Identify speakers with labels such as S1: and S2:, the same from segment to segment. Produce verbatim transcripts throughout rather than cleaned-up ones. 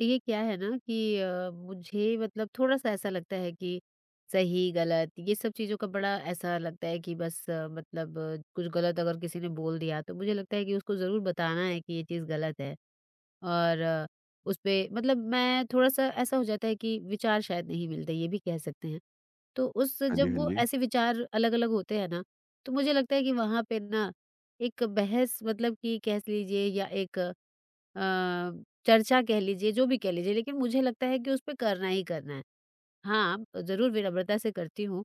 S1: ये क्या है ना कि अ, मुझे मतलब थोड़ा-सा ऐसा लगता है कि सही, गलत ये सब चीज़ों का बड़ा ऐसा लगता है कि बस अ, मतलब अ, कुछ गलत अगर किसी ने बोल दिया तो मुझे लगता है कि उसको ज़रूर बताना है कि ये चीज़ गलत है। और उसपे मतलब मैं थोड़ा-सा ऐसा हो जाता है कि विचार शायद नहीं मिलते, ये भी कह सकते हैं। तो उस
S2: हाँ जी,
S1: जब
S2: हाँ
S1: वो
S2: जी।
S1: ऐसे विचार अलग-अलग होते हैं ना, तो मुझे लगता है कि वहाँ पे ना एक बहस मतलब कि कह लीजिए या एक अ, चर्चा कह लीजिए, जो भी कह लीजिए, लेकिन मुझे लगता है कि उसपे करना ही करना है। हाँ, ज़रूर विनम्रता से करती हूँ,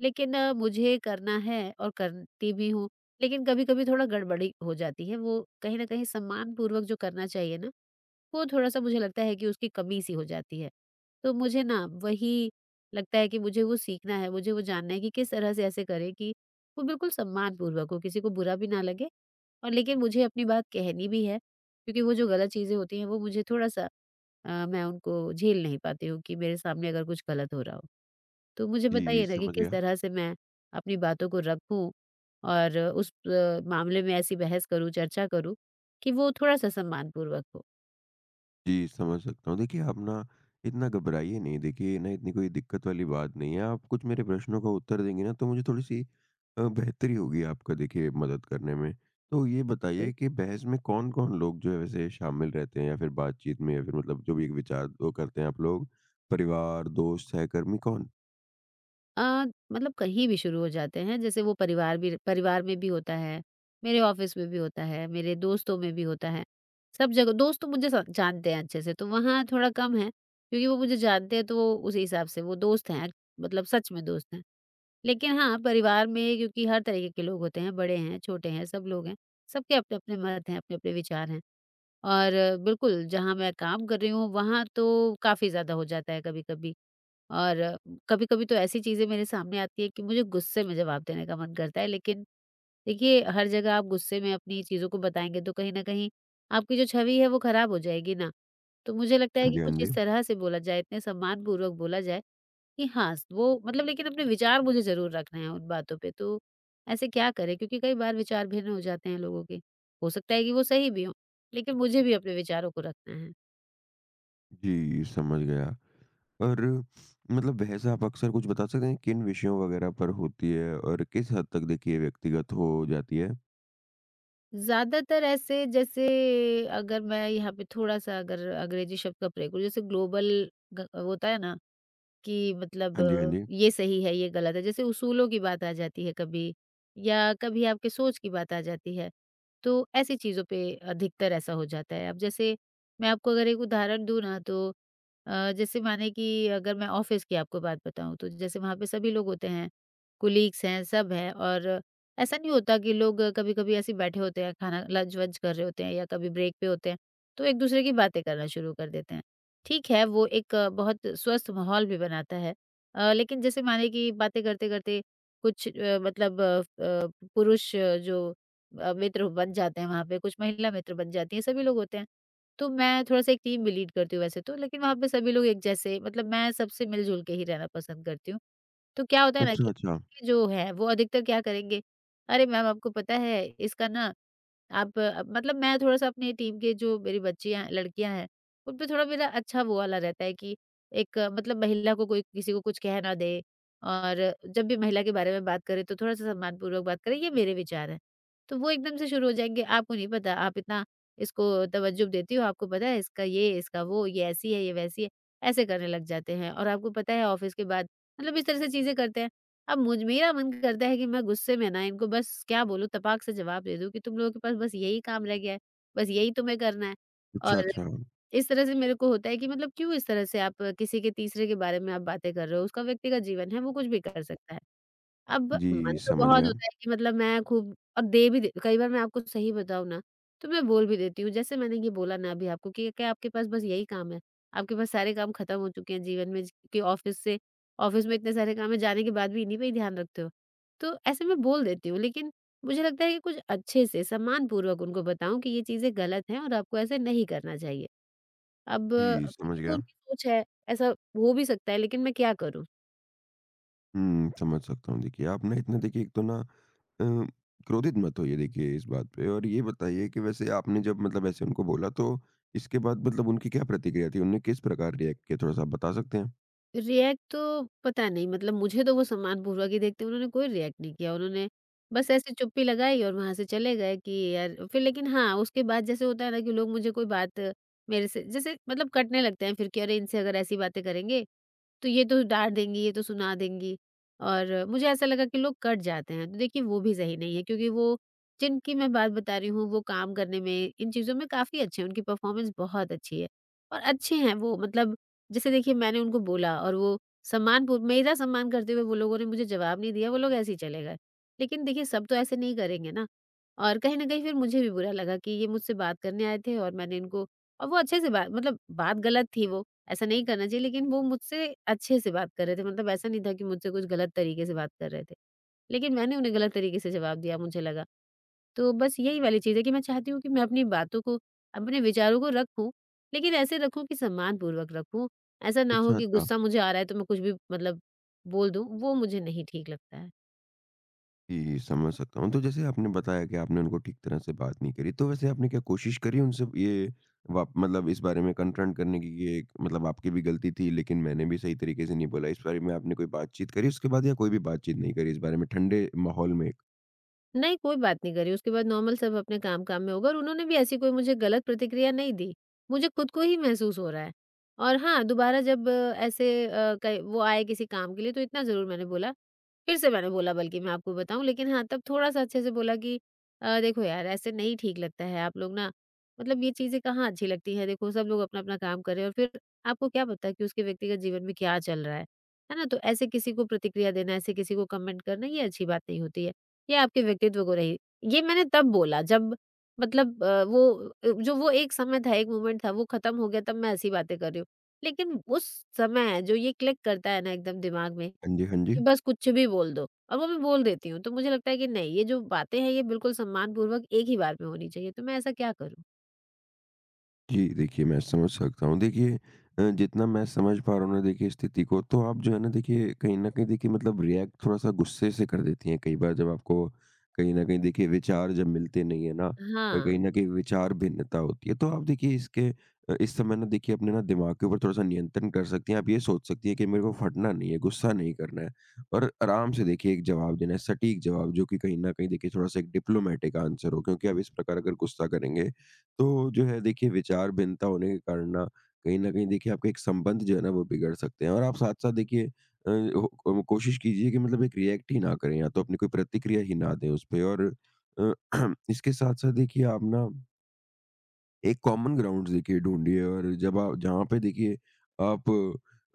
S1: लेकिन अ, मुझे करना है और करती भी हूँ, लेकिन कभी-कभी थोड़ा गड़बड़ी हो जाती है। वो कहीं न कहीं सम्मानपूर्वक जो करना चाहिए ना, वो थोड़ा-सा मुझे लगता है कि उसकी कमी-सी हो जाती है। तो मुझे ना वही लगता है कि मुझे वो सीखना है, मुझे वो जानना है कि किस तरह से ऐसे करें कि वो बिल्कुल सम्मानपूर्वक हो, किसी को बुरा भी ना लगे और लेकिन मुझे अपनी बात कहनी भी है, क्योंकि वो जो गलत चीज़ें होती हैं वो मुझे थोड़ा-सा अ, मैं उनको झेल नहीं पाती हूँ कि मेरे सामने अगर कुछ गलत हो रहा हो। तो मुझे
S2: जी,
S1: बताइए ना कि
S2: समझ
S1: किस
S2: गया।
S1: तरह से मैं अपनी बातों को रखूँ और उस अ, मामले में ऐसी बहस करूँ, चर्चा करूँ कि वो थोड़ा-सा सम्मानपूर्वक हो?
S2: जी, समझ सकता हूँ। देखिए, आप ना इतना घबराइए नहीं। देखिए, ये ना इतनी कोई दिक्कत वाली बात नहीं है। आप कुछ मेरे प्रश्नों का उत्तर देंगे ना, तो मुझे थोड़ी-सी अ, बेहतरी होगी आपका देखिए मदद करने में। तो ये बताइए कि बहस में कौन-कौन लोग जो है वैसे शामिल रहते हैं या फिर बातचीत में या फिर मतलब जो भी एक विचार वो करते हैं आप लोग? परिवार, दोस्त, सहकर्मी कौन?
S1: अ, मतलब कहीं भी शुरू हो जाते हैं जैसे वो परिवार भी परिवार में भी होता है, मेरे ऑफिस में भी होता है, मेरे दोस्तों में भी होता है, सब जगह दोस्त तो मुझे स जानते हैं अच्छे से तो वहाँ थोड़ा कम है, क्योंकि वो मुझे जानते हैं तो वो उसी हिसाब से वो दोस्त हैं, मतलब सच में दोस्त हैं। लेकिन हाँ, परिवार में क्योंकि हर तरीके के लोग होते हैं, बड़े हैं, छोटे हैं, सब लोग हैं, सबके अपने-अपने मत हैं, अपने-अपने विचार हैं और बिल्कुल जहाँ मैं काम कर रही हूँ, वहाँ तो काफ़ी ज़्यादा हो जाता है कभी-कभी। और कभी-कभी तो ऐसी चीज़ें मेरे सामने आती है कि मुझे गुस्से में जवाब देने का मन करता है। लेकिन देखिए, हर जगह आप गुस्से में अपनी चीज़ों को बताएँगे तो कहीं न कहीं आपकी जो छवि है वो खराब हो जाएगी ना। तो मुझे लगता है
S2: हाँ
S1: कि
S2: जी, हाँ
S1: कुछ
S2: जी।
S1: इस तरह से बोला जाए, इतने सम्मानपूर्वक बोला जाए कि हाँ, वो मतलब लेकिन अपने विचार मुझे ज़रूर रखने हैं उन बातों पे। तो ऐसे क्या करें? क्योंकि कई बार विचार भिन्न हो जाते हैं लोगों के। हो सकता है कि वो सही भी हों, लेकिन मुझे भी अपने विचारों को रखना है।
S2: जी, समझ गया। और मतलब बहस आप अक्सर कुछ बता सकते हैं किन विषयों वगैरह पर होती है और किस हद तक देखिए व्यक्तिगत हो जाती है?
S1: ज़्यादातर ऐसे जैसे अगर मैं यहाँ पे थोड़ा-सा अगर अंग्रेजी शब्द का प्रयोग करूँ, जैसे ग्लोबल ग होता है ना कि मतलब
S2: हाँ जी, हाँ
S1: अ,
S2: जी।
S1: ये सही है, ये गलत है। जैसे उसूलों की बात आ जाती है कभी या कभी आपके सोच की बात आ जाती है, तो ऐसी चीज़ों पे अधिकतर ऐसा हो जाता है। अब जैसे मैं आपको अगर एक उदाहरण दूँ ना तो अ, जैसे माने कि अगर मैं ऑफ़िस की आपको बात बताऊँ तो जैसे वहाँ पे सभी लोग होते हैं, कोलीग्स हैं, सब हैं और ऐसा नहीं होता कि लोग कभी-कभी ऐसे ही बैठे होते हैं, खाना लंच-वंच कर रहे होते हैं या कभी ब्रेक पे होते हैं, तो एक-दूसरे की बातें करना शुरू कर देते हैं। ठीक है, वो एक अ, बहुत स्वस्थ माहौल भी बनाता है। अ, लेकिन जैसे माने कि बातें करते-करते कुछ अ, मतलब अ, अ, पुरुष अ, जो अ, मित्र बन जाते हैं वहाँ पे, कुछ महिला मित्र बन जाती हैं, सभी लोग होते हैं। तो मैं थोड़ा-सा एक टीम भी लीड करती हूँ वैसे तो, लेकिन वहाँ पे सभी लोग एक जैसे मतलब मैं सबसे मिल-जुल के ही रहना पसंद करती हूँ। तो क्या होता है ना
S2: अच्छा,
S1: कि
S2: अच्छा।
S1: जो है वो अधिकतर क्या करेंगे, "अरे मैम आपको पता है इसका ना आप" अ, मतलब मैं थोड़ा-सा अपनी टीम के जो मेरी बच्चियाँ लड़कियाँ हैं उन पे थोड़ा मेरा अच्छा वो वाला रहता है कि एक अ, मतलब महिला को कोई किसी को कुछ कह ना दे और जब भी महिला के बारे में बात करे तो थोड़ा-सा सम्मानपूर्वक बात करें, ये मेरे विचार हैं। तो वो एकदम से शुरू हो जाएँगे, आपको नहीं पता, आप इतना इसको तवज्जुह देती हो, आपको पता है इसका ये, इसका वो, ये ऐसी है, ये वैसी है, ऐसे करने लग जाते हैं और आपको पता है ऑफ़िस के बाद मतलब इस तरह से चीज़ें करते हैं। अब मुझ मेरा मन करता है कि मैं गुस्से में ना इनको बस क्या बोलूँ, तपाक से जवाब दे दूँ कि तुम लोगों के पास बस यही काम रह गया है, बस यही तुम्हें करना है
S2: अच्छा,
S1: और
S2: अच्छा।
S1: इस तरह से मेरे को होता है कि मतलब क्यों इस तरह से आप किसी के तीसरे के बारे में आप बातें कर रहे हो, उसका व्यक्तिगत जीवन है, वो कुछ भी कर सकता है। अब
S2: जी,
S1: मन तो
S2: समझ
S1: बहुत
S2: गया।
S1: होता है कि मतलब मैं खूब अब दे भी दे कई बार मैं आपको सही बताऊँ ना, तो मैं बोल भी देती हूँ। जैसे मैंने ये बोला ना अभी आपको कि क्या आपके पास बस यही काम है? आपके पास सारे काम खत्म हो चुके हैं जीवन में ज कि ऑफ़िस से ऑफ़िस में इतने सारे काम हैं, जाने के बाद भी इन्हीं पे ही ध्यान रखते हो। तो ऐसे मैं बोल देती हूँ, लेकिन मुझे लगता है कि कुछ अच्छे से सम्मानपूर्वक उनको बताऊँ कि ये चीज़ें गलत हैं और आपको ऐसे नहीं करना चाहिए। अब
S2: जी, समझ
S1: देखिए वो
S2: गया।
S1: उनकी सोच है, ऐसा हो भी सकता है लेकिन मैं क्या करूँ?
S2: हुँ, समझ सकता हूँ। देखिए, आप ना इतना देखिए एक तो ना अ, क्रोधित मत होइए देखिए इस बात पे, और ये बताइए कि वैसे आपने जब मतलब ऐसे उनको बोला तो इसके बाद मतलब उनकी क्या प्रतिक्रिया थी? उन्होंने किस प्रकार रिएक्ट किया? थोड़ा-सा आप बता सकते हैं?
S1: रिएक्ट तो पता नहीं मतलब मुझे तो वो सम्मानपूर्वक ही देखते उन्होंने कोई रिएक्ट नहीं किया। उन्होंने बस ऐसे चुप्पी लगाई और वहाँ से चले गए कि यार फिर लेकिन हाँ, उसके बाद जैसे होता है ना कि लोग मुझे कोई बात मेरे से जैसे मतलब कटने लगते हैं फिर कि अरे इनसे अगर ऐसी बातें करेंगे, तो ये तो डाँट देंगी, ये तो सुना देंगी और मुझे ऐसा लगा कि लोग कट जाते हैं। तो देखिए वो भी सही नहीं है क्योंकि वो जिनकी मैं बात बता रही हूँ, वो काम करने में, इन चीज़ों में काफ़ी अच्छे हैं, उनकी परफ़ॉर्मेंस बहुत अच्छी है और अच्छे हैं वो मतलब जैसे देखिए मैंने उनको बोला और वो सम्मान पूर्व मेरा सम्मान करते हुए वो लोगों ने मुझे जवाब नहीं दिया, वो लोग ऐसे ही चले गए। लेकिन देखिए सब तो ऐसे नहीं करेंगे ना और कहीं न कहीं फिर मुझे भी बुरा लगा कि ये मुझसे बात करने आए थे और मैंने इनको और वो अच्छे से बात मतलब बात गलत थी वो, ऐसा नहीं करना चाहिए लेकिन वो मुझसे अच्छे से बात कर रहे थे मतलब ऐसा नहीं था कि मुझसे कुछ गलत तरीके से बात कर रहे थे। लेकिन मैंने उन्हें गलत तरीके से जवाब दिया मुझे लगा। तो बस यही वाली चीज़ है कि मैं चाहती हूँ कि मैं अपनी बातों को, अपने विचारों को रखूँ, लेकिन ऐसे रखूँ कि सम्मानपूर्वक रखूँ। ऐसा ना हो
S2: अच्छा,
S1: कि
S2: अच्छा।
S1: गुस्सा मुझे आ रहा है तो मैं कुछ भी मतलब बोल दूँ, वो मुझे नहीं ठीक लगता है।
S2: जी, समझ सकता हूँ। तो जैसे आपने बताया कि आपने उनको ठीक तरह से बात नहीं करी, तो वैसे आपने क्या कोशिश करी उनसे, ये वाप मतलब इस बारे में कन्फ्रंट करने की, ये एक- मतलब आपकी भी गलती थी, लेकिन मैंने भी सही तरीके से नहीं बोला, इस बारे में आपने कोई बातचीत करी उसके बाद, या कोई भी बातचीत नहीं करी इस बारे में ठंडे माहौल में?
S1: नहीं, कोई बात नहीं करी, उसके बाद नॉर्मल सब अपने काम-काम में होगा और उन्होंने भी ऐसी कोई मुझे गलत प्रतिक्रिया नहीं दी। मुझे खुद को ही महसूस हो रहा है और हाँ, दोबारा जब अ, ऐसे अ, कई वो आए किसी काम के लिए तो इतना ज़रूर मैंने बोला फिर से मैंने बोला बल्कि मैं आपको बताऊँ लेकिन हाँ, तब थोड़ा-सा अच्छे से बोला कि अ, देखो यार ऐसे नहीं ठीक लगता है, आप लोग ना मतलब ये चीज़ें कहाँ अच्छी लगती हैं, देखो सब लोग अपना-अपना काम कर रहे हैं और फिर आपको क्या पता है कि उसके व्यक्तिगत जीवन में क्या चल रहा है, है ना? तो ऐसे किसी को प्रतिक्रिया देना, ऐसे किसी को कमेंट करना ये अच्छी बात नहीं होती है, ये आपके व्यक्तित्व को नहीं ये मैंने तब बोला जब मतलब अ, वो अ, जो वो एक समय था, एक मोमेंट था, वो खत्म हो गया तब मैं ऐसी बातें कर रही हूँ। लेकिन उस समय जो ये क्लिक करता है ना एकदम दिमाग में
S2: हाँ जी, हाँ जी।
S1: कि बस कुछ भी बोल दो और वो मैं बोल देती हूँ। तो मुझे लगता है कि नहीं ये जो बातें हैं ये बिल्कुल सम्मानपूर्वक एक ही बार में होनी चाहिए, तो मैं ऐसा क्या करूँ?
S2: जी, देखिए मैं समझ सकता हूँ। देखिए, अ, जितना मैं समझ पा रहा हूँ ना देखिए स्थिति को, तो आप जो है ना देखिए कहीं न कहीं देखिए मतलब रिएक्ट थोड़ा-सा गुस्से से कर देती हैं कई बार, जब आपको कहीं न कहीं देखिए विचार जब मिलते नहीं है ना, अ,
S1: हाँ,
S2: कहीं न कहीं विचार भिन्नता होती है। तो आप देखिए इसके, अ, इस समय ना देखिए अपने ना दिमाग के ऊपर थोड़ा-सा नियंत्रण कर सकती हैं। आप ये सोच सकती हैं कि मेरे को फटना नहीं है, गुस्सा नहीं करना है, और आराम से देखिए एक जवाब देना है, सटीक जवाब, जो कि कहीं न कहीं देखिए थोड़ा-सा एक डिप्लोमैटिक आंसर हो, क्योंकि आप इस प्रकार अगर गुस्सा करेंगे, तो जो है देखिए विचार भिन्नता होने के कारण ना कहीं न कहीं देखिए आपके एक संबंध जो है ना वो बिगड़ सकते हैं। और आप साथ-साथ देखिए अ, हो को कोशिश कीजिए कि मतलब एक रिएक्ट ही ना करें, या तो अपनी कोई प्रतिक्रिया ही ना दें उसपे। और अ, इसके साथ-साथ देखिए आप ना एक कॉमन ग्राउंड्स देखिए ढूँढिए, और जब आप जहाँ पे देखिए आप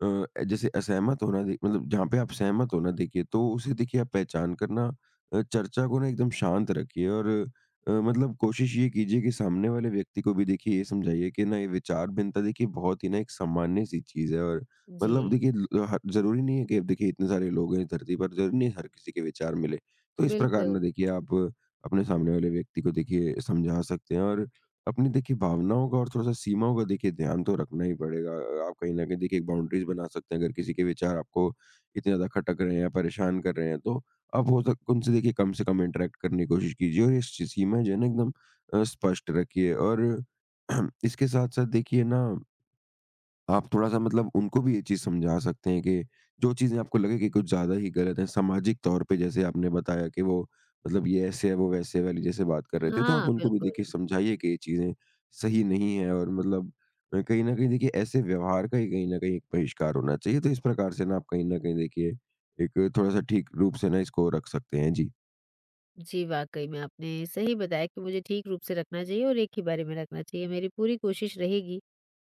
S2: अ, जैसे असहमत होना, दे मतलब जहाँ पे आप सहमत होना देखिए, तो उसे देखिए आप पहचान करना अ, चर्चा को ना एकदम शांत रखिए। और अ, मतलब कोशिश ये कीजिए कि सामने वाले व्यक्ति को भी देखिए ये समझाइए कि ना, ये विचार भिन्नता देखिए बहुत ही ना एक सामान्य सी चीज़ है, और मतलब
S1: जी,
S2: देखिए ल- हर- जरूरी नहीं है कि अब देखिए इतने सारे लोग हैं इस धरती पर, जरूरी नहीं है हर किसी के विचार मिले। तो इस प्रकार
S1: बिल्कुल।
S2: ना देखिए आप अपने सामने वाले व्यक्ति को देखिए समझा सकते हैं, और अपनी देखिए भावनाओं का और थोड़ा-सा सीमाओं का देखिए ध्यान तो रखना ही पड़ेगा। आप कहीं न कहीं देखिए एक बाउंड्रीज़ बना सकते हैं, अगर किसी के विचार आपको इतने ज़्यादा खटक रहे हैं या परेशान कर रहे हैं, तो आप हो सक उनसे देखिए कम से कम इंटरैक्ट करने की कोशिश कीजिए, और ये सी सीमाएँ जो है ना एकदम अ, स्पष्ट रखिए। और इसके साथ-साथ देखिए ना, आप थोड़ा-सा मतलब उनको भी ये चीज़ समझा सकते हैं कि जो चीज़ें आपको लगे कि कुछ ज़्यादा ही गलत हैं, सामाजिक तौर पे, जैसे आपने बताया कि वो मतलब ये ऐसे है, वो वैसे है वाली जैसे बात कर रहे थे, तो
S1: हाँ,
S2: आप उनको भी
S1: बिल्कुल।
S2: देखिए समझाइए कि ये चीज़ें सही नहीं है, और मतलब अ, कहीं न कहीं देखिए ऐसे व्यवहार का ही कहीं न कहीं एक बहिष्कार होना चाहिए। तो इस प्रकार से ना आप कहीं न कहीं देखिए एक थोड़ा-सा ठीक रूप से ना इसको रख सकते हैं। जी।
S1: जी, वाक़ई में आपने सही बताया कि मुझे ठीक रूप से रखना चाहिए और एक ही बारे में रखना चाहिए। मेरी पूरी कोशिश रहेगी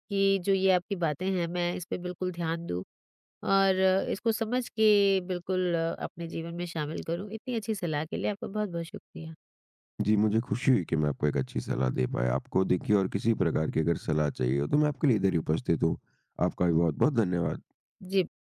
S1: कि जो ये आपकी बातें हैं मैं इस पे बिल्कुल ध्यान दूँ और इसको समझ के बिल्कुल अपने जीवन में शामिल करूँ। इतनी अच्छी सलाह के लिए आपका बहुत-बहुत शुक्रिया।
S2: जी, मुझे खुशी हुई कि मैं आपको एक अच्छी सलाह दे पाया। आपको देखिए और किसी प्रकार की अगर सलाह चाहिए हो, तो मैं आपके लिए इधर ही उपस्थित हूँ। आपका भी बहुत-बहुत धन्यवाद।
S1: जी।